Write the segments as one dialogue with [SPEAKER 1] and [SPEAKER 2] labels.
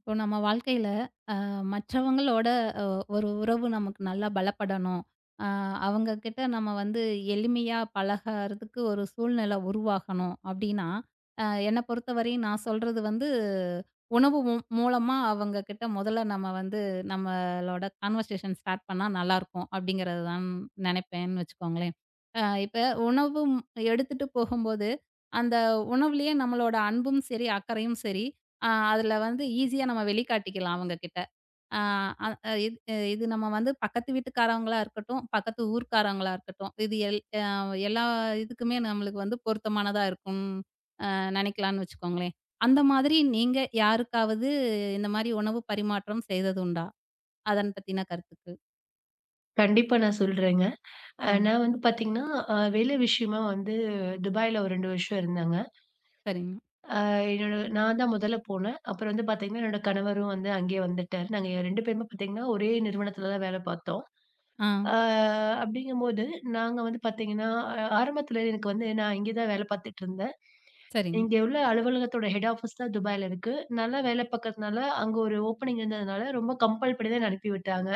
[SPEAKER 1] இப்போ நம்ம வாழ்க்கையில அ மற்றவங்களோட அ ஒரு உறவு நமக்கு நல்லா பலப்படணும். அ அவங்க கிட்ட நம்ம வந்து எளிமையா பழகறதுக்கு ஒரு சூழ்நிலை உருவாகணும் அப்படின்னா, அ என்ன பொறுத்தவரையும் நான் சொல்றது வந்து உணவு மூலமா அவங்க கிட்ட முதல்ல நம்ம வந்து நம்மளோட கான்வர்சேஷன் ஸ்டார்ட் பண்ணா நல்லாயிருக்கும் அப்படிங்கிறது தான் நினைப்பேன்னு வச்சுக்கோங்களேன். இப்ப உணவும் எடுத்துட்டு போகும்போது, அந்த உணவுலயே நம்மளோட அன்பும் சரி, அக்கறையும் சரி ஆ அதுல வந்து ஈஸியா நம்ம வெளிக்காட்டிக்கலாம் அவங்க கிட்ட. ஆ. அ அ, இது இது நம்ம வந்து பக்கத்து வீட்டுக்காரவங்களா இருக்கட்டும், பக்கத்து ஊர்க்காரவங்களா இருக்கட்டும், இது எல்லா இதுக்குமே நம்மளுக்கு வந்து பொருத்தமானதா இருக்கும் நெனைக்கலான்னு வச்சுக்கோங்களேன். அந்த மாதிரி நீங்க யாருக்காவது இந்த மாரி உணவு பரிமாற்றம் செய்தது உண்டா? அதன் பத்தின கருத்துக்கள்.
[SPEAKER 2] கண்டிப்பா நான் சொல்றேங்க.
[SPEAKER 1] ஆ.
[SPEAKER 2] நான் வந்து பார்த்தீங்கன்னா, வேலை விஷயமா வந்து துபாய்ல ஒரு 2 வருஷம் இருந்தாங்க.
[SPEAKER 1] சரிங்க.
[SPEAKER 2] என்னோட நான் தான் முதல்ல போனேன். அப்புறம் வந்து பார்த்தீங்கன்னா, என்னோட கணவரும் வந்து அங்கேயே வந்துட்டாரு. நாங்க 2 பேருமே பார்த்தீங்கன்னா, ஒரே நிறுவனத்தில தான் வேலை பார்த்தோம்.
[SPEAKER 1] ஆ.
[SPEAKER 2] அ அப்படிங்கும்போது, நாங்க வந்து பார்த்தீங்கன்னா, ஆரம்பத்தில எனக்கு வந்து நான் இங்கே தான் வேலை பார்த்துட்டுருந்தேன்.
[SPEAKER 1] சரிங்க, சரிங்க.
[SPEAKER 2] இங்க உள்ள அலுவலகத்தோட ஹெட் ஆஃபீஸ் தான் துபாய்ல இருக்கு. நல்லா வேலை பார்க்கறதுனால, அங்க ஒரு ஓப்பனிங் இருந்ததுனால, ரொம்ப கம்பல் பண்ணி தான் என்ன அனுப்பி விட்டாங்க.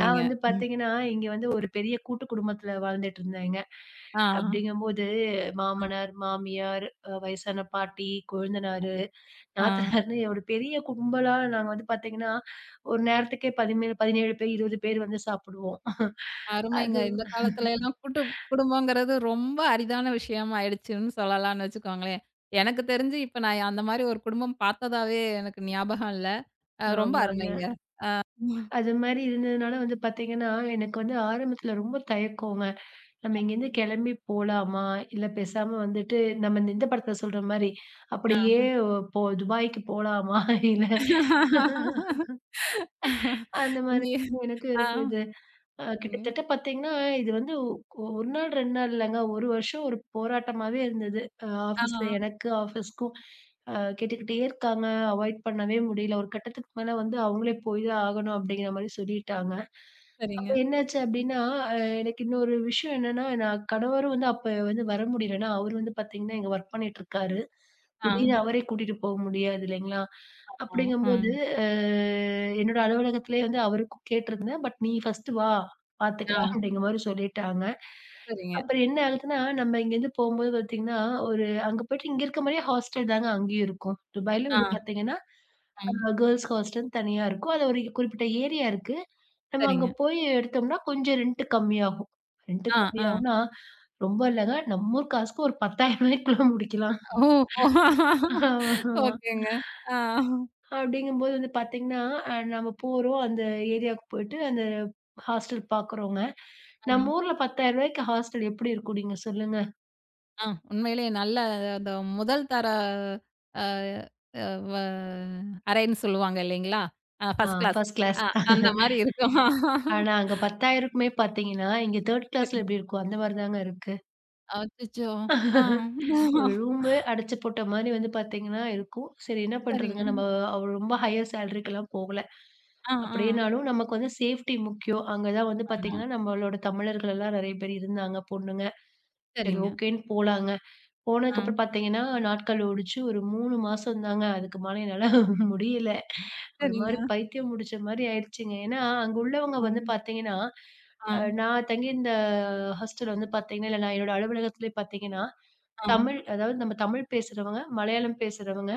[SPEAKER 2] நான் வந்து
[SPEAKER 1] ம்.
[SPEAKER 2] பார்த்தீங்கன்னா, இங்க வந்து ஒரு பெரிய கூட்டு குடும்பத்துல வாழ்ந்துட்டு இருந்தேங்க.
[SPEAKER 1] ஆ,
[SPEAKER 2] அப்படிங்கும்போது
[SPEAKER 1] ஆ,
[SPEAKER 2] மாமனார், மாமியார், வயசான பாட்டி, கொழுந்தனாரு,
[SPEAKER 1] ஆ.
[SPEAKER 2] நாத்தனார்ன்னு ஒரு பெரிய கும்பலா நாங்க வந்து பார்த்தீங்கன்னா, ஒரு நேரத்துக்கே 17 பேர், 20 பேர் வந்து சாப்பிடுவோம்.
[SPEAKER 1] அருமைங்க.
[SPEAKER 2] அது
[SPEAKER 1] இந்த காலத்துல எல்லாம் கூட்டு குடும்பங்கிறது ரொம்ப அரிதான விஷயமா ஆயிடுச்சுன்னு சொல்லலாம்னு வச்சுக்கோங்களேன். எனக்கு தெரிஞ்சு இப்ப நான் அந்த மாரி ஒரு குடும்பம் பார்த்ததாவே எனக்கு ஞாபகம் இல்ல. அ ரொம்ப
[SPEAKER 2] ஆமாங்க.
[SPEAKER 1] அருமைங்க.
[SPEAKER 2] அது மாரி இருந்ததுனால வந்து பார்த்தீங்கன்னா, எனக்கு வந்து ஆரம்பத்துல ரொம்ப தயக்கங்க. நம்ம இங்கேருந்து கிளம்பி போலாமா? இல்ல பேசாம வந்துட்டு நம்ம இந்த படத்துல சொல்ற மாரி,
[SPEAKER 1] ஆ.
[SPEAKER 2] அப்படியே போ துபாய்க்கு போலாமா? இல்ல அந்த மாரி
[SPEAKER 1] இங்கே.
[SPEAKER 2] எனக்கு
[SPEAKER 1] ஆ.
[SPEAKER 2] இருந்தது.
[SPEAKER 1] சரிங்க.
[SPEAKER 2] கிட்டத்தட்ட பார்த்தீங்கன்னா, இது வந்து ஒரு நாள் 2 நாள் இல்லங்க. ஒரு வருஷம் ஒரு போராட்டமாவே இருந்தது.
[SPEAKER 1] ஆ.
[SPEAKER 2] ஆஃபீஸ்ல எனக்கு, ஆஃபீஸ்க்கும் கேட்டுக்கிட்டே இருக்காங்க. அவாய்ட் பண்ணவே முடியல. ஒரு கட்டத்துக்கு மேல வந்து அவங்களே போய் தான் ஆகணும் அப்படிங்கிற மாரி சொல்லிட்டாங்க. அப்ப
[SPEAKER 1] சரிங்க.
[SPEAKER 2] என்னாச்சு அப்படின்னா, அ எனக்கு இன்னொரு விஷயம் என்னன்னா, நான் கணவரும் வந்து அப்ப வந்து வர முடியல. ஏன்னா அவரு வந்து பார்த்தீங்கன்னா, இங்க ஒர்க் பண்ணிட்டு இருக்காரு.
[SPEAKER 1] ஆ.
[SPEAKER 2] திடீர்னு அவரே கூட்டிட்டு போக முடியாது இல்லைங்களா?
[SPEAKER 1] ஆமா.
[SPEAKER 2] அப்படிங்கும்போது,
[SPEAKER 1] ம்.
[SPEAKER 2] அ என்னோட அலுவலகத்திலேயே வந்து அவருக்கும் கேட்டிருந்தேன். பட் நீ ஃபர்ஸ்ட்டு வா.
[SPEAKER 1] ஆ.
[SPEAKER 2] பாத்துக்கலாம் அப்படிங்கிற மாரி சொல்லிட்டாங்க.
[SPEAKER 1] சரிங்க.
[SPEAKER 2] அப்புறம் என்ன ஆகுதுன்னா, நம்ம இங்கேருந்து போம்போது பாத்தீங்கன்னா, ஒரு அங்க போயிட்டு இங்க இருக்க மாரியே ஹாஸ்டல் தாங்க அங்கேயும் இருக்கும். துபாய்ல
[SPEAKER 1] ஆ.
[SPEAKER 2] வந்து பாத்தீங்கன்னா,
[SPEAKER 1] ம்.
[SPEAKER 2] கேர்ல்ஸ் ஹாஸ்டல்ன்னு தனியா இருக்கும். அது ஒரு குறிப்பிட்ட ஏரியா இருக்கு. நம்ம அங்க
[SPEAKER 1] சரிங்க.
[SPEAKER 2] போய் எடுத்தோம்னா கொஞ்சம் ரென்ட் கம்மியாகும். ரென்ட்
[SPEAKER 1] ஆ, ஆ.
[SPEAKER 2] கம்மியாகும்னா, ரொம்ப இல்லங்க. நம்ம ஊர் காசுக்கு ஒரு ரூ. 10,000 முடிக்கலாம்.
[SPEAKER 1] ஓ! ஓ. ஓகேங்க. ஆ.
[SPEAKER 2] அப்படிங்கும்போது வந்து பார்த்தீங்கன்னா, நம்ம போறோம். அந்த ஏரியாவுக்கு போயிட்டு அந்த ஹாஸ்டல் பார்க்குறோங்க. நம்ம
[SPEAKER 1] ம்.
[SPEAKER 2] ஊர்ல ரூ. 10,000க்கு ஹாஸ்டல் எப்படி இருக்கும் நீங்க சொல்லுங்க?
[SPEAKER 1] ஆ. உண்மையிலேயே நல்ல அந்த முதல் தர அ அ வ அறைன்னு சொல்லுவாங்க இல்லைங்களா? அ
[SPEAKER 2] ஆ
[SPEAKER 1] ஃபர்ஸ்ட் கிளாஸ்.
[SPEAKER 2] First class.
[SPEAKER 1] அ அந்த மாரி இருக்குமா?
[SPEAKER 2] ஆனா அங்க 10,000க்குமே பார்த்தீங்கன்னா, இங்க 3 கிளாஸ்ல
[SPEAKER 1] சரிங்க.
[SPEAKER 2] எப்படி இருக்கும்? அந்த மாரி தாங்க இருக்கு.
[SPEAKER 1] அச்சச்சோ! ஆ.
[SPEAKER 2] ஒரு ரூமு அடைச்சு போட்ட மாரி வந்து பார்த்தீங்கன்னா இருக்கும். சரி என்ன பண்றதுங்க?
[SPEAKER 1] சரிங்க.
[SPEAKER 2] நம்ம அவ் ரொம்ப ஹையர் சேலரிக்கெல்லாம் போகல.
[SPEAKER 1] ஆ, ஆ.
[SPEAKER 2] அப்படின்னாலும் நமக்கு வந்து சேஃப்டி முக்கியம். அங்க தான் வந்து
[SPEAKER 1] ஆமா.
[SPEAKER 2] பார்த்தீங்கன்னா, நம்மளோட தமிழர்கள் எல்லாம் நெறைய பேர் இருந்தாங்க பொண்ணுங்க. சரி
[SPEAKER 1] சரிங்க.
[SPEAKER 2] ஓகேன்னு போலாங்க.
[SPEAKER 1] ஆ.
[SPEAKER 2] போனதுக்கப்புறம் பார்த்தீங்கன்னா, நாட்கள் ஓடுச்சு. ஒரு 3 மாசம் தாங்க. அதுக்கு மேல என்னால முடியல. ஒரு மாரி
[SPEAKER 1] சரிங்க.
[SPEAKER 2] பைத்தியம் முடிச்ச மாரி ஆயிடுச்சுங்க. ஏன்னா, அங்க உள்ளவங்க வந்து
[SPEAKER 1] ம்.
[SPEAKER 2] பார்த்தீங்கன்னா,
[SPEAKER 1] ஆ,
[SPEAKER 2] நான் தங்கியிருந்த ஹாஸ்டல் வந்து பார்த்தீங்கன்னா, இல்ல நான் என்னோட அலுவலகத்திலே பார்த்தீங்கன்னா,
[SPEAKER 1] ஆ,
[SPEAKER 2] தமிழ் அதாவது நம்ம தமிழ் பேசுறவங்க, மலையாளம் பேசுறவங்க,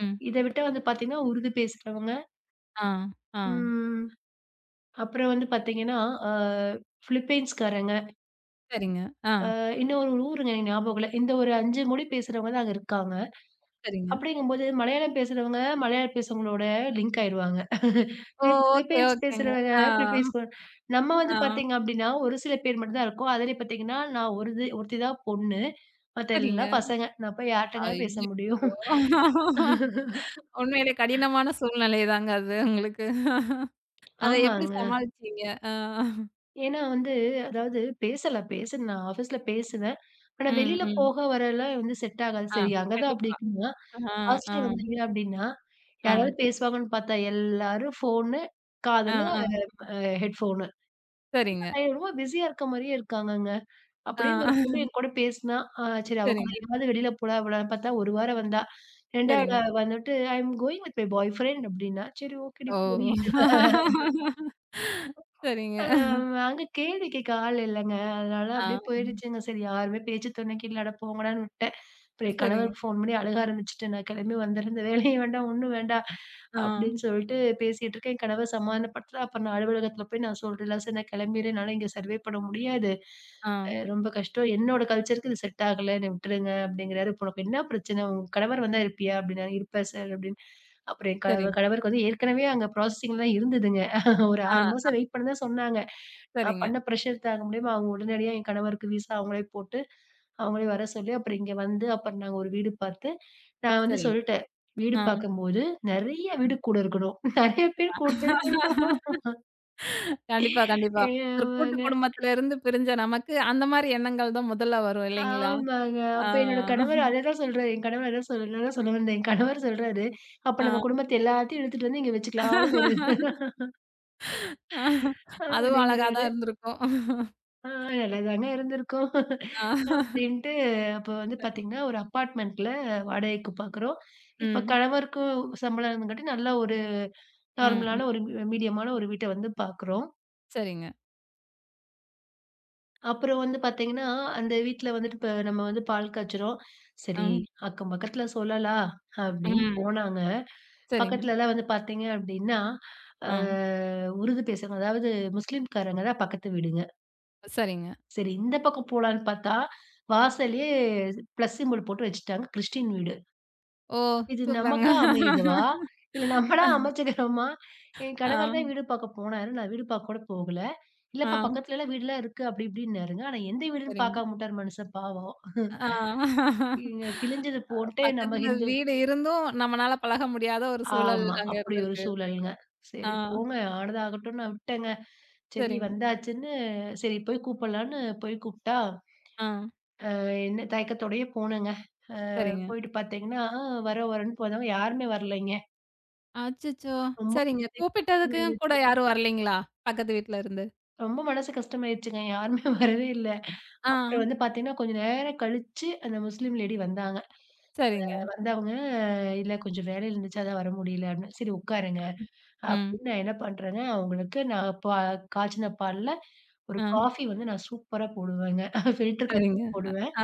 [SPEAKER 1] ம்.
[SPEAKER 2] இத விட்டா வந்து பார்த்தீங்கன்னா, உருது பேசுறவங்க,
[SPEAKER 1] ஆ, ஆ.
[SPEAKER 2] ம் அப்புறம் வந்து பார்த்தீங்கன்னா, அ பிலிப்பைன்ஸ்காரங்க,
[SPEAKER 1] சரிங்க. ஆ.
[SPEAKER 2] இன்னும் ஒரு ஊருங்க எனக்கு ஞாபகம் இல்ல. இந்த ஒரு 5 மொழி பேசுறவங்க தான் அங்க இருக்காங்க.
[SPEAKER 1] சரிங்க.
[SPEAKER 2] அப்படிங்கும்போது மலையாளம் பேசுறவங்க, மலையாளம் பேசுறவங்களோட லிங்க் ஆயிருவாங்க.
[SPEAKER 1] ஓ!
[SPEAKER 2] பிலி
[SPEAKER 1] ஓகே,
[SPEAKER 2] பிலிப்பைன்ஸ்
[SPEAKER 1] ஓகேங்க.
[SPEAKER 2] பேசுறவங்க
[SPEAKER 1] ஆ,
[SPEAKER 2] பிலிப்பைன்ஸ் கூட நம்ம வந்து
[SPEAKER 1] ஆ.
[SPEAKER 2] பார்த்தீங்க அப்படின்னா, ஒரு சில பேர் மட்டும் தான் இருக்கோம். அதிலயும் பார்த்தீங்கன்னா, நான் ஒருத்தி தான் பொண்ணு. மத்த
[SPEAKER 1] சரிங்க.
[SPEAKER 2] எல்லாம் பசங்க. நான் போய் யார்ட்டங்க பேச
[SPEAKER 1] ஐயோ!
[SPEAKER 2] முடியும்?
[SPEAKER 1] உண்மையிலே கடினமான சூழ்நிலை தாங்க அது உங்களுக்கு. அத எப்படி
[SPEAKER 2] ஆமாங்க.
[SPEAKER 1] சமாளிச்சீங்க? ஆ.
[SPEAKER 2] ஏன்னா வந்து அதாவது பேசலாம் பேசுனேன். நான் ஆஃபீஸ்ல பேசுவேன். ஆனா
[SPEAKER 1] ம்,
[SPEAKER 2] வெளியில
[SPEAKER 1] ம்.
[SPEAKER 2] போக வரலாம் வந்து செட் ஆகாது.
[SPEAKER 1] ஆ.
[SPEAKER 2] சரி அங்க தான் அப்படி
[SPEAKER 1] கண்டிப்பா.
[SPEAKER 2] இருக்குன்னா,
[SPEAKER 1] ஆ, ஆ,
[SPEAKER 2] ஹாஸ்டல் வந்தீங்க அப்படின்னா,
[SPEAKER 1] ஆ,
[SPEAKER 2] யாராவது பேசுவாங்கன்னு பார்த்தா எல்லாரும் ஃபோனு,
[SPEAKER 1] ஆ,
[SPEAKER 2] காதுல
[SPEAKER 1] ஆ.
[SPEAKER 2] ஹெட்ஃபோனு.
[SPEAKER 1] சரிங்க.
[SPEAKER 2] ரொம்ப பிஸியா இருக்க மாரியே இருக்காங்கங்க.
[SPEAKER 1] ஆ,
[SPEAKER 2] அப்படியே ஒரு பொண்ணு என் கூட பேசினா, ஆ சரி அவ கூட
[SPEAKER 1] சரிங்க,
[SPEAKER 2] எங்கயாவது வெளியில போலாம் இவளான்னு பார்த்தா 1 வாரம் வந்தா.
[SPEAKER 1] சரிங்க.
[SPEAKER 2] 2வது வந்துட்டு I am going with my boyfriend அப்படின்னா, சரி ஓகேடி
[SPEAKER 1] ஓ!
[SPEAKER 2] போடி.
[SPEAKER 1] சரிங்க.
[SPEAKER 2] அ அங்க கேள்வி கேட்க ஆள் இல்லங்க. அதனால அப்படியே
[SPEAKER 1] ஆ, ம்.
[SPEAKER 2] போயிடுச்சுங்க. சரி யாருமே பேச்சு துணைக்கு இல்ல, அட போங்கடான்னு விட்டேன். அப்புறம் என்
[SPEAKER 1] சரிங்க.
[SPEAKER 2] கணவருக்கு ஃபோன் பண்ணி அழுக ஆரம்பிச்சுட்டு, "நான் கிளம்பி வந்துடுறேன். இந்த வேலையும் வேண்டாம், ஒண்ணும் வேண்டாம்."
[SPEAKER 1] ஆ,
[SPEAKER 2] அப்படின்னு சொல்லிட்டு பேசிட்டு இருக்கேன். என் கணவர் சமாதானப்படுத்தல. அப்புறம் நான் அலுவலகத்தில போய் நான் சொல்றேன்ல, "சார் நான் கிளம்பிறேன். என்னால இங்க சர்வே பண்ண முடியாது.
[SPEAKER 1] ஆ.
[SPEAKER 2] ரொம்ப கஷ்டம். என்னோட கல்ச்சருக்கு இது செட் ஆகல. என்னை விட்டுருங்க." அப்படிங்கிறாரு. "இப்போ உனக்கு என்ன பிரச்சனை? உன் கணவர் வந்தா இருப்பியா?" அப்படின்னாரு. "இருப்பேன் சார்." அப்படின்னு. அப்புறம் என் கணவர்
[SPEAKER 1] சரிங்க.
[SPEAKER 2] கணவருக்கு வந்து ஏற்கனவே அங்க ப்ராசஸிங்ல தான் இருந்ததுங்க. ஒரு
[SPEAKER 1] ஆ,
[SPEAKER 2] 6 மாசம் வெயிட் பண்ண தான் சொன்னாங்க. நான்
[SPEAKER 1] சரிங்க,
[SPEAKER 2] பண்ண பிரஷர் தாங்க முடியாம, அவங்க உடனடியா என் கணவருக்கு விசா அவங்களே போட்டு, அவங்களே வர சொல்லி, அப்புறம் இங்க வந்து, அப்புறம் நாங்க ஒரு வீடு பார்த்து, நான் வந்து
[SPEAKER 1] சரிங்க.
[SPEAKER 2] சொல்லிட்டேன். வீடு
[SPEAKER 1] ஆ,
[SPEAKER 2] பார்க்கும்போது, நெறைய வீடு
[SPEAKER 1] ம்.
[SPEAKER 2] கூட இருக்கணும். நெறைய பேர் கூட இருக்கணும்.
[SPEAKER 1] கண்டிப்பா, கண்டிப்பா. ஒரு கூட்டு
[SPEAKER 2] ஏமாங்க.
[SPEAKER 1] குடும்பத்துல இருந்து பிரிஞ்ச நமக்கு, அந்த மாரி எண்ணங்கள் தான் முதல்ல வரும் இல்லைங்களா?
[SPEAKER 2] ஆமாங்க.
[SPEAKER 1] ஆ,
[SPEAKER 2] அப்ப என்னோட கணவர் அததான் சொல்றாரு. என் கணவர் அதான் சொல் நான் தான் சொல்ல வந்தேன். என் கணவர் சொல்றாரு, "அப்ப
[SPEAKER 1] ஆ.
[SPEAKER 2] நம்ம
[SPEAKER 1] ஆ.
[SPEAKER 2] குடும்பத்த எல்லாத்தையும் இழுத்துட்டு வந்து இங்க வச்சுக்கலாம். ஆளுக்கு ஒரு" இது
[SPEAKER 1] அதுவும் அழகா
[SPEAKER 2] அப்படிங்கிறாரு.
[SPEAKER 1] தான் இருந்திருக்கும்.
[SPEAKER 2] ஆ நல்லாதாங்க இருந்திருக்கோம்.
[SPEAKER 1] ஆ.
[SPEAKER 2] அப்டின்ட்டு அப்ப வந்து பார்த்தீங்கன்னா, ஒரு அப்பார்ட்மெண்ட்ல வாடகைக்கு பார்க்குறோம். இப்ப
[SPEAKER 1] ம்,
[SPEAKER 2] கணவருக்கும் சம்பளம் இருந்தங்காட்டி நல்ல ஒரு
[SPEAKER 1] ம், ம்.
[SPEAKER 2] நார்மலான ஒரு மீடியமான ஒரு வீட்ட வந்து பார்க்குறோம்.
[SPEAKER 1] சரிங்க.
[SPEAKER 2] அப்புறம் வந்து பார்த்தீங்கன்னா, அந்த வீட்ல வந்துட்டு இப்ப நம்ம வந்து பால் காய்ச்சுறோம்.
[SPEAKER 1] ஆ,
[SPEAKER 2] சரி அக்கம் பக்கத்துல சொல்லலாம் அப்டின்னு
[SPEAKER 1] ம்.
[SPEAKER 2] போனாங்க.
[SPEAKER 1] சரிங்க.
[SPEAKER 2] பக்கத்துலலாம் வந்து பார்த்தீங்க அப்டின்னா, அ
[SPEAKER 1] ஆ,
[SPEAKER 2] உருது பேசுறவங்க அதாவது முஸ்லிம்காரங்க தான் பக்கத்து வீடுங்க.
[SPEAKER 1] சரிங்க.
[SPEAKER 2] சரி இந்த பக்கம் போலான்னு பார்த்தா, வாசல்லயே பிளஸ் சிம்பல் போட்டு வச்சுட்டாங்க கிறிஸ்டின் வீடு.
[SPEAKER 1] ஓ!
[SPEAKER 2] இது
[SPEAKER 1] சூப்பருங்க.
[SPEAKER 2] நமக்கா அமையுதவா? இல்ல நம்மளா அமைச்சுக்கிறோமா? என் கணவர்
[SPEAKER 1] ஆ,
[SPEAKER 2] தான் வீடு பார்க்க போனாரு. நான் வீடு பார்க்க கூட போகல. இல்லப்பா
[SPEAKER 1] ஆ,
[SPEAKER 2] பக்கத்துலலாம் வீடுலாம் இருக்கு அப்படி இப்படின்னாருங்க. ஆனா எந்த வீடுன்னு
[SPEAKER 1] சரிங்க.
[SPEAKER 2] பார்க்காம வுட்டாரு மனுஷன் பாவம்.
[SPEAKER 1] ஆ.
[SPEAKER 2] இங்க கிழிஞ்சது போட்டு நம்ம
[SPEAKER 1] பக்கத்துல
[SPEAKER 2] ஹிந்து
[SPEAKER 1] வீடு இருந்தும் நம்மனால பழக முடியாத ஒரு சூழல்
[SPEAKER 2] ஆமா.
[SPEAKER 1] அங்க
[SPEAKER 2] அப்படி ஒரு
[SPEAKER 1] இருந்திருக்குன்றீங்க.
[SPEAKER 2] சூழல்ங்க.
[SPEAKER 1] ஆ,
[SPEAKER 2] சரி போங்க ஆனதாகட்டும்னு நான் விட்டேங்க. சரி
[SPEAKER 1] சரிங்க.
[SPEAKER 2] வந்தாச்சுன்னு சரி போய் கூப்பிடலான்னு போய் கூப்பிட்டா,
[SPEAKER 1] ஆ,
[SPEAKER 2] அ என்ன தயக்கத்தோடயே போனேங்க.
[SPEAKER 1] சரிங்க.
[SPEAKER 2] போயிட்டு பார்த்தீங்கன்னா, வரோம் வரோன்னு போனாங்க. யாருமே வரலைங்க.
[SPEAKER 1] அச்சச்சோ!
[SPEAKER 2] ரொம்ப
[SPEAKER 1] சரிங்க. கூப்பிட்டதுக்கும் கூட
[SPEAKER 2] கஷ்டமாயிருச்சு.
[SPEAKER 1] யாரும் வரலைங்களா? பக்கத்து வீட்ல இருந்து.
[SPEAKER 2] ரொம்ப மனசு கஷ்டமாயிருச்சுங்க. யாருமே வரவே இல்ல.
[SPEAKER 1] ஆ,
[SPEAKER 2] அப்புறம் வந்து பார்த்தீங்கன்னா, கொஞ்ச நேரம் கழிச்சு அந்த முஸ்லீம் லேடி வந்தாங்க.
[SPEAKER 1] சரிங்க.
[SPEAKER 2] வந்தவங்க, "இல்ல கொஞ்சம் வேலையில இருந்துச்சு, அதான் வர முடியல" அப்படின்னு. "சரி உட்காருங்க"
[SPEAKER 1] ம்.
[SPEAKER 2] அப்படின்னு நான் என்ன பண்றேங்க, அவங்களுக்கு நான் பா காய்ச்சின பால்ல ஒரு
[SPEAKER 1] ஆ,
[SPEAKER 2] காஃபி வந்து நான் சூப்பரா போடுவேங்க. ஃபில்டர் காஃபி
[SPEAKER 1] சரிங்க.
[SPEAKER 2] தான் போடுவேன்.
[SPEAKER 1] ஆ,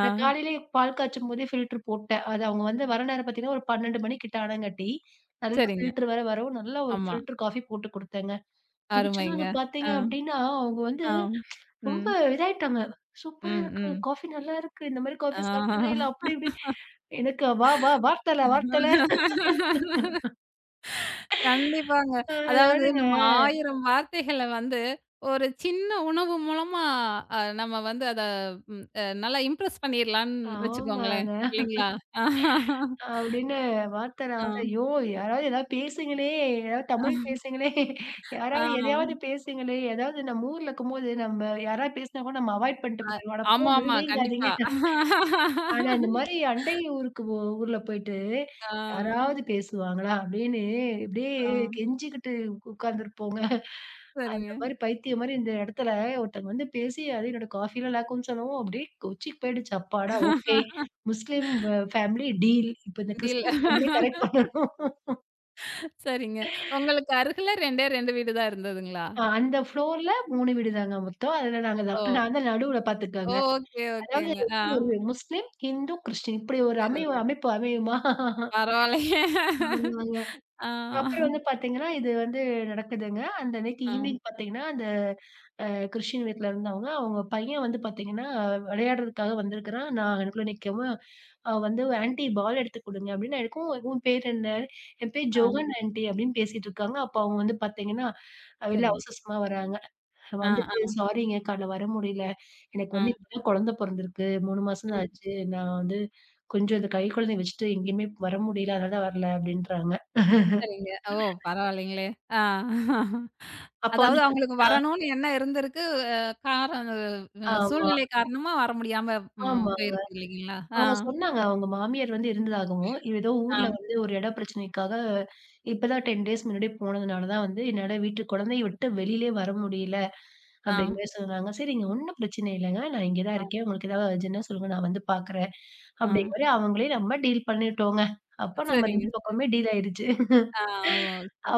[SPEAKER 1] ஆ,
[SPEAKER 2] நான் காலையிலயே பால் காய்ச்சும்போதே ஃபில்டர் போட்டேன். அது அவங்க வந்து வர நேரம் பார்த்தீங்கன்னா, ஒரு 12 மணி கிட்ட அனங்காட்டி, நல்லா
[SPEAKER 1] சரிங்க.
[SPEAKER 2] ஃபில்டர் வேற வரவும், நல்லா ஒரு
[SPEAKER 1] ஆமா.
[SPEAKER 2] ஃபில்டர் காஃபி போட்டு குடுத்தேங்க. குடிச்சதும்
[SPEAKER 1] அருமைங்க.
[SPEAKER 2] வந்து பார்த்தீங்க
[SPEAKER 1] ஆ,
[SPEAKER 2] அப்டின்னா, அவங்க வந்து
[SPEAKER 1] ஆ.
[SPEAKER 2] ரொம்ப
[SPEAKER 1] ம்,
[SPEAKER 2] இதாயிட்டாங்க. "சூப்பரா
[SPEAKER 1] ம்,
[SPEAKER 2] இருக்கு.
[SPEAKER 1] ம்.
[SPEAKER 2] காஃபி நல்லா இருக்கு. இந்த மாரி காஃபி
[SPEAKER 1] ஆ.
[SPEAKER 2] சாப்ட்டதே இல்ல." அப்டி இப்டி. எனக்கு "வா, வா, வார்த்தல, வார்த்தல."
[SPEAKER 1] கண்டிப்பாங்க. அதாவது
[SPEAKER 2] அதாவதுங்க
[SPEAKER 1] நம்ம 1000 வார்த்தைகள வந்து, ஒரு சின்ன உணவு மூலமா நம்ம வந்து அத ம் அ நல்லா இம்ப்ரெஸ் பண்ணிர்லான்னு வச்சுக்கோங்களேன்.
[SPEAKER 2] ஆமாங்க.
[SPEAKER 1] இல்லைங்களா?
[SPEAKER 2] அப்படின்னு வார்த்தைல வார்த்தை,
[SPEAKER 1] ஆ.
[SPEAKER 2] "ஐயோ! யாராவது ஏதாவது பேசுங்களே! ஏதாவது தமிழ் பேசுங்களே!
[SPEAKER 1] ஆ.
[SPEAKER 2] யாராவது எதையாவது பேசுங்களே!" ஏதாவது நம்ம ஊர்ல இருக்கும்போது, நம்ம யாராவது பேசினா கூட நம்ம அவாய்ட் பண்ணிட்டு போயிருவோம். "அட போ
[SPEAKER 1] ஆமாமா. கண்டிப்பா.
[SPEAKER 2] நொய்நொய்ங்காதீங்க." ஆனா இந்த மாரி அண்டை ஊருக்கு ஊர்ல போயிட்டு,
[SPEAKER 1] ஆ.
[SPEAKER 2] யாராவது பேசுவாங்களா? அப்படின்னு இப்படியே
[SPEAKER 1] ஆ.
[SPEAKER 2] கெஞ்சிக்கிட்டு உட்கார்ந்துருப்போங்க. அந்த
[SPEAKER 1] சரிங்க.
[SPEAKER 2] மாரி பைத்தியம் மாரி இந்த இடத்துல ஒருத்தங்க வந்து பேசி, அது என்னோட காஃபில லாக்கும் சொல்லவும், அப்படியே கொச்சிக்கு போயிடுச்சு. அப்பாடா! ஓகே. Muslim family deal. இப்ப இந்த
[SPEAKER 1] டீல்.
[SPEAKER 2] கிறிஸ்டியன் ஃபேமிலிய கரெக்ட் பண்ணணும்.
[SPEAKER 1] சரிங்க. உங்களுக்கு அருகில 2 வீடு தான் இருந்ததுங்களா?
[SPEAKER 2] அந்த ஃப்ளோர்ல 3 வீடு தாங்க மொத்தம். அதுல நாங்க தான்.
[SPEAKER 1] ஓ!
[SPEAKER 2] நான் தான் நடுவுல
[SPEAKER 1] ஓ!
[SPEAKER 2] பாத்துக்கங்க.
[SPEAKER 1] ஓகே,
[SPEAKER 2] அதாவது
[SPEAKER 1] ஓகேங்க.
[SPEAKER 2] ஒரு முஸ்லீம், ஹிந்து, கிறிஸ்டின் இப்படி ஒரு அமைய
[SPEAKER 1] ஆ.
[SPEAKER 2] அமைப்பு அமையுமா?
[SPEAKER 1] பரவாயில்லையே!
[SPEAKER 2] ஆமாங்க.
[SPEAKER 1] ஆ,
[SPEAKER 2] அப்புறம் வந்து பாத்தீங்கன்னா, இது வந்து நடக்குதுங்க. அந்த அன்னைக்கு
[SPEAKER 1] ஆ,
[SPEAKER 2] ஈவ்னிங் பாத்தீங்கன்னா, அந்த கிறிஸ்டின் வீட்ல இருந்தவங்க. அவங்க பையன் வந்து பார்த்தீங்கன்னா, விளையாடுறதுக்காக வந்திருக்கிறான். நான் அதுக்குள்ள நிக்கவும், அவன் வந்து "ஆன்டி பால் எடுத்து குடுங்க" அப்படின்னு. நான் எடுக்கவும், "உன் பேர் என்ன?" "என் பேர்
[SPEAKER 1] ஆ.
[SPEAKER 2] ஜோகன் ஆன்டி" அப்படின்னு பேசிட்டு இருக்காங்க. அப்போ அவங்க வந்து பார்த்தீங்கன்னா, வெளில
[SPEAKER 1] சரிங்க.
[SPEAKER 2] அவசரமா வராங்க.
[SPEAKER 1] ஆ,
[SPEAKER 2] வந்துட்டு
[SPEAKER 1] ஆ,
[SPEAKER 2] "சாரிங்க காலைல வர முடியல. எனக்கு
[SPEAKER 1] ஆ,
[SPEAKER 2] வந்து இப்பதான் குழந்தை பொறந்திருக்கு. 3 மாசம் தான்
[SPEAKER 1] ம்.
[SPEAKER 2] ஆச்சு. நான் வந்து கொஞ்சம் இந்த கைக்குழந்தைய வச்சுட்டு எங்கேயுமே வர முடியல. அதனால தான் வரல" அப்படின்றாங்க.
[SPEAKER 1] சரிங்க. ஓ! பரவாயில்லைங்களே! ஆ.
[SPEAKER 2] அப்போ வந்து
[SPEAKER 1] அதாவது அவங்களுக்கு
[SPEAKER 2] பார்த்தீங்கன்னா
[SPEAKER 1] வரணும்னு எண்ணம் இருந்திருக்கு. அ காரணம்
[SPEAKER 2] ஆமா,
[SPEAKER 1] சூழ்நிலை காரணமா வர முடியாம ம்
[SPEAKER 2] ஆமாங்க.
[SPEAKER 1] போயிருக்கு இல்லைங்களா? ஆ,
[SPEAKER 2] அவங்க சொன்னாங்க. அவங்க மாமியார் வந்து இருந்ததாகவும், ஏதோ
[SPEAKER 1] ஆ,
[SPEAKER 2] ஊர்ல வந்து ஒரு இட பிரச்சனைக்காக இப்பதான் 10 டேஸ் முன்னாடி போனதுனால தான் வந்து என்னால வீட்டு குழந்தைய விட்டு வெளியிலயே வர முடியல.
[SPEAKER 1] ஆ,
[SPEAKER 2] அப்படிங்கிற மாரி சொன்னாங்க. சரிங்க ஒண்ணும் பிரச்சனை இல்லங்க. நான் இங்க தான்
[SPEAKER 1] ஆ,
[SPEAKER 2] இருக்கேன். உங்களுக்கு ஏதாவது அர்ஜென்ட்னா சொல்லுங்க. நான் வந்து பார்க்குறேன்.
[SPEAKER 1] ஆ.
[SPEAKER 2] அப்படிங்கிற மாரி அவங்களே நம்ம டீல் பண்ணிட்டோங்க. அப்ப நம்ம
[SPEAKER 1] சரிங்க.
[SPEAKER 2] 2 பக்கமுமே டீல் ஆயிருச்சு.
[SPEAKER 1] ஆ. ஓ!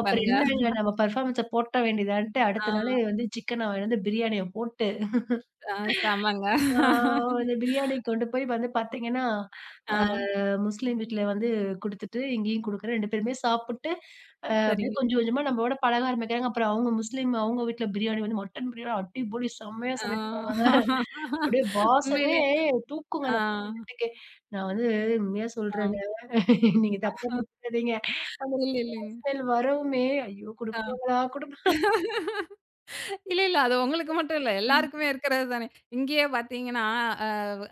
[SPEAKER 2] அப்புறம் என்னங்க நம்ம பெர்ஃபார்மன்ஸ போட்ட வேண்டியதான்ட்டு
[SPEAKER 1] ஆ,
[SPEAKER 2] அடுத்த நாளே வந்து சிக்கன வாங்கிட்டு வந்து பிரியாணிய போட்டு,
[SPEAKER 1] ஆ செமங்க.
[SPEAKER 2] ஆ அந்த பிரியாணி கொண்டு போய் வந்து பார்த்தீங்கன்னா,
[SPEAKER 1] ஆ,
[SPEAKER 2] அ முஸ்லீம் வீட்ல வந்து குடுத்துட்டு, இங்கேயும் குடுக்குறேன். 2 பேருமே சாப்புட்டு, அப்படியே
[SPEAKER 1] சரிங்க.
[SPEAKER 2] கொஞ்சம் கொஞ்சமா நம்மோட பழக ஆரம்பிக்கிறாங்க. அப்புறம் அவங்க முஸ்லீம் அவங்க வீட்ல பிரியாணி வந்து மட்டன் பிரியாணி அடிப்பொலி செம்மையா
[SPEAKER 1] ஆ.
[SPEAKER 2] சமைப்பாங்கங்க. அப்படியே வாசமே
[SPEAKER 1] உண்மையிலே
[SPEAKER 2] தூக்குங்க
[SPEAKER 1] ஆ,
[SPEAKER 2] அந்த வீட்டுக்கே. நான் வந்து உண்மையா
[SPEAKER 1] ஆ.
[SPEAKER 2] சொல்றேங்க. நீங்க தப்பா நினைச்சுக்காதீங்க. அந்த
[SPEAKER 1] இல்ல, இல்லைங்க.
[SPEAKER 2] ஸ்மெல் வரவுமே, ஐயோ!
[SPEAKER 1] ஆ.
[SPEAKER 2] குடுப்பாங்களா? குடுப்பா
[SPEAKER 1] இல்ல, இல்ல. அது உங்களுக்கு மட்டும் இல்ல.
[SPEAKER 2] ம்.
[SPEAKER 1] எல்லாருக்குமே இருக்கிறது தானே. இங்கேயே பார்த்தீங்கன்னா,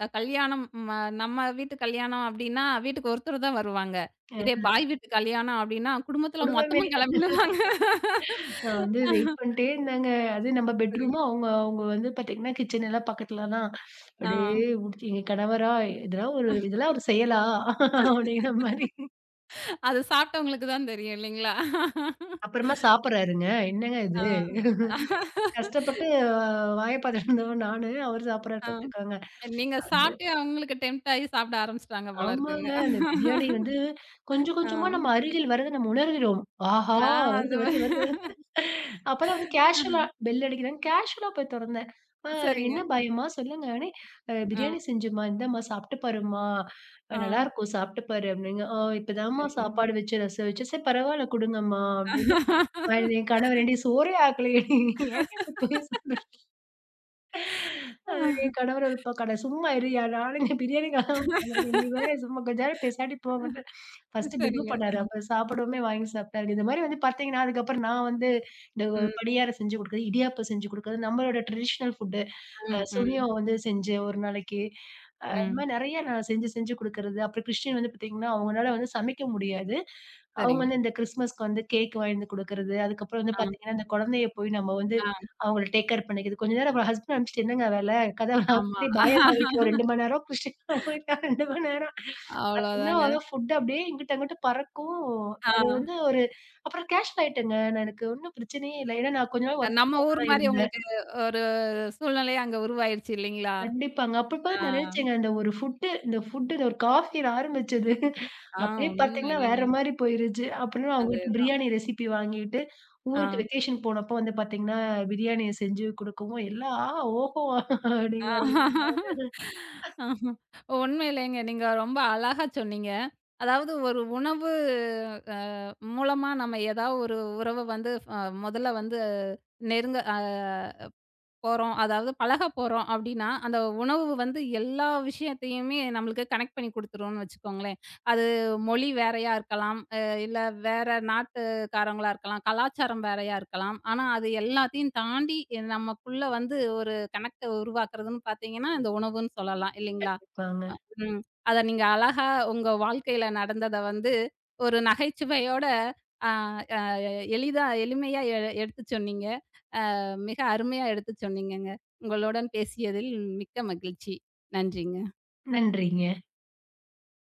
[SPEAKER 1] அ கல்யாணம் ம நம்ம வீட்டு கல்யாணம் அப்டின்னா, வீட்டுக்கு ஒருத்தர் தான் வருவாங்க.
[SPEAKER 2] அ
[SPEAKER 1] இதே பாய் வீட்டு கல்யாணம் அப்டின்னா, குடும்பத்தில
[SPEAKER 2] குடும்பமே
[SPEAKER 1] மொத்தமும் கெளம்பிடுவாங்க.
[SPEAKER 2] நான் வந்து வெயிட் பண்ணிட்டே இருந்தேங்க. அது நம்ம
[SPEAKER 1] சரிங்க.
[SPEAKER 2] பெட்ரூமும் அவங்க அவங்க வந்து பார்த்தீங்கன்னா, கிச்சன் எல்லாம் பக்கத்துல தான்.
[SPEAKER 1] ஆ.
[SPEAKER 2] அப்படியே உடுத்தி எங்க கணவரா, "இதெல்லாம் ஒரு செயலா?" அப்படிங்கிற மாரி.
[SPEAKER 1] அது சாப்ட்டவங்களுக்கு தான் தெரியும் இல்லைங்களா?
[SPEAKER 2] அப்புறமா சாப்பிடுறாருங்க. என்னங்க இது?
[SPEAKER 1] ஆ.
[SPEAKER 2] கஷ்டப்பட்டு வாய பார்த்துட்டு இருந்தவன் நானு, அவரு சாப்பிடுறாரு
[SPEAKER 1] ஆ.
[SPEAKER 2] பார்த்துக்கோங்க.
[SPEAKER 1] நீங்க சாப்ட்டு அவங்களுக்கு டெம்ப்ட் ஆயி சாப்பிட ஆரம்பிச்சுட்டாங்க போல
[SPEAKER 2] ஆமாங்க.
[SPEAKER 1] இருக்குங்க.
[SPEAKER 2] அந்த பிரியாணி வந்து கொஞ்சம்
[SPEAKER 1] ஆ.
[SPEAKER 2] கொஞ்சமா நம்ம அருகில் வரத நம்ம உணர்கிறோம். ஆஹா!
[SPEAKER 1] ஆ அந்த
[SPEAKER 2] வருது, வருது,
[SPEAKER 1] மாரி
[SPEAKER 2] வருது, வருது. அப்பதான் வந்து கேஷுவலா பெல் அடிக்குதுன்னு கேஷுவலா போய் தொறந்தேன். "அ
[SPEAKER 1] சரிங்க.
[SPEAKER 2] என்ன பாயம்மா? சொல்லுங்கன்னே" பிரியாணி
[SPEAKER 1] ஆ,
[SPEAKER 2] செஞ்சேம்மா. இந்தாம்மா சாப்ட்டு பாரும்மா.
[SPEAKER 1] ஆ.
[SPEAKER 2] நல்லாருக்கும் சாப்ட்டு பாரு" அப்டிங்க. "ஆ இப்பதாம்மா
[SPEAKER 1] சரிங்க.
[SPEAKER 2] சாப்பாடு வச்சு, ரசம் வச்சு." "சரி பரவால்ல குடுங்கம்மா" அப்டின்னு. அ என் கணவர் "ஏன்டி சோறே ஆக்கலையேடி ஏன்டி இப்டி பொய் சொல்ற?" அ என் கணவர் ஒரு பக்கம், "அட சும்மா இருயா, நானும் இங்க பிரியாணிக்காக தான் உட்காந்துருக்கேன். நீ வேற சும்மா கொஞ்ச நேரம் பேசாட்டி போங்கன்ட்டு" ஃபர்ஸ்ட்டு பிகு
[SPEAKER 1] சரிங்க.
[SPEAKER 2] பண்ணாரு. அப்புறம் சாப்பிடவுமே வாங்கி சாப்பிட்டாரு. இந்த மாரி வந்து பார்த்தீங்கன்னா, அதுக்கப்புறம் நான் வந்து இந்த
[SPEAKER 1] ம்,
[SPEAKER 2] பணியாரம் செஞ்சு குடுக்குறது, இடியாப்பம் செஞ்சு குடுக்குறது, நம்மளோட ட்ரெடிஷனல் ஃபுட்
[SPEAKER 1] ம், ம்,
[SPEAKER 2] சுழியம் வந்து செஞ்சேன் ஒரு நாளைக்கு. இந்த
[SPEAKER 1] ம்.
[SPEAKER 2] மாரி நெறைய நான் செஞ்சு குடுக்குறது. அப்புறம் கிறிஸ்டின் வந்து பார்த்தீங்கன்னா, அவங்கனால வந்து சமைக்க முடியாது. அவங்க
[SPEAKER 1] சரிங்க.
[SPEAKER 2] வந்து இந்த கிறிஸ்மஸ்க்கு வந்து கேக் வாங்கிட்டு வந்து குடுக்குறது. அதுக்கப்புறம் வந்து
[SPEAKER 1] ஆ,
[SPEAKER 2] பார்த்தீங்கன்னா, இந்த குழந்தைய போய் நம்ம வந்து
[SPEAKER 1] ஆ,
[SPEAKER 2] அவங்கள டேக் கேர் பண்ணிக்கிறது. கொஞ்ச நேரம் அப்புறம் ஹஸ்பண்ட் அனுப்பிச்சுட்டு, "என்னங்க வேல? கதவ
[SPEAKER 1] ஆமா.
[SPEAKER 2] அப்டி பாயம்மா வீட்ல ஒரு 2 மணி நேரம், கிறிஸ்டின் வீட்ல 2 மணி நேரம்." பார்த்தீங்கன்னா,
[SPEAKER 1] அவ்வளோதாங்க.
[SPEAKER 2] ஃபுட் அப்டியே இங்கிட்டு, அங்கிட்டு பறக்கும்.
[SPEAKER 1] ஆ.
[SPEAKER 2] அது வந்து ஒரு அப்புறம் கேஷ் ஆயிட்டேங்க. நான், எனக்கு ஒண்ணும் பிரச்சனையே இல்ல. ஏன்னா நான் கொஞ்ச நாள் வொர்க் ஃப்ரம்
[SPEAKER 1] நம்ம
[SPEAKER 2] ஹோம்
[SPEAKER 1] ஊர்
[SPEAKER 2] தான்
[SPEAKER 1] மாரி
[SPEAKER 2] இருந்தேன்.
[SPEAKER 1] உங்களுக்கு ஒரு சூழ்நிலையே அங்க உருவாயிருச்சு இல்லைங்களா?
[SPEAKER 2] கண்டிப்பாங்க.
[SPEAKER 1] ஆ,
[SPEAKER 2] அப்பப்பதான் நினைச்சேங்க, அந்த ஒரு ஃபுட்டு இந்த ஃபுட்டு இந்த ஒரு காஃபின்னு ஆரம்பிச்சது.
[SPEAKER 1] ஆ
[SPEAKER 2] அப்படியே
[SPEAKER 1] ஒண்ணும்
[SPEAKER 2] பார்த்தீங்கன்னா, வேற
[SPEAKER 1] இல்லைங்க.
[SPEAKER 2] மாரி போயிருச்சு. அப்புறம் அவங்ககிட்ட
[SPEAKER 1] அதேதான்.
[SPEAKER 2] பிரியாணி ரெசிபி வாங்கிட்டு,
[SPEAKER 1] ஆ.
[SPEAKER 2] ஊருக்கு வெக்கேஷன் போனப்போ வந்து பார்த்தீங்கன்னா, பிரியாணிய செஞ்சு குடுக்கவும், எல்லாம் "ஆ, ஓஹோ!" அப்படிங்கிற மாரி
[SPEAKER 1] ஆ. ஆமா. உண்மையிலேங்க நீங்க ரொம்ப அழகா சொன்னீங்க. அதாவது ஒரு உணவு அ மூலமா நம்ம ஏதாவது ஒரு உறவ வந்து முதல்ல வந்து நெருங்க போறோம். அதாவது பழகப் போறோம் அப்டின்னா, அந்த உணவு வந்து எல்லா விஷயத்தையுமே நம்மளுக்கு கனெக்ட் பண்ணி குடுத்துரும்னு வச்சுக்கோங்களேன். அது மொழி வேறயா இருக்கலாம், இல்ல வேற நாட்டுக்காரங்களா இருக்கலாம், கலாச்சாரம் வேறயா இருக்கலாம். ஆனா, அது எல்லாத்தையும் தாண்டி நமக்குள்ள வந்து ஒரு கனெக்ட்ட உருவாக்குறதுன்னு பார்த்தீங்கன்னா, இந்த உணவுன்னு சொல்லலாம் இல்லைங்களா?
[SPEAKER 2] இருப்பாங்க.
[SPEAKER 1] ம். அத நீங்க அழகா உங்க வாழ்க்கையில நடந்தத வந்து ஒரு நகைச்சுவையோட, அ அ எளிதா எளிமையா எ எடுத்து சொன்னீங்க. மிக அருமையா எடுத்து சொன்னீங்கங்க. உங்களுடன் பேசியதில் மிக்க மகிழ்ச்சி. நன்றிங்க.
[SPEAKER 2] நன்றிங்க.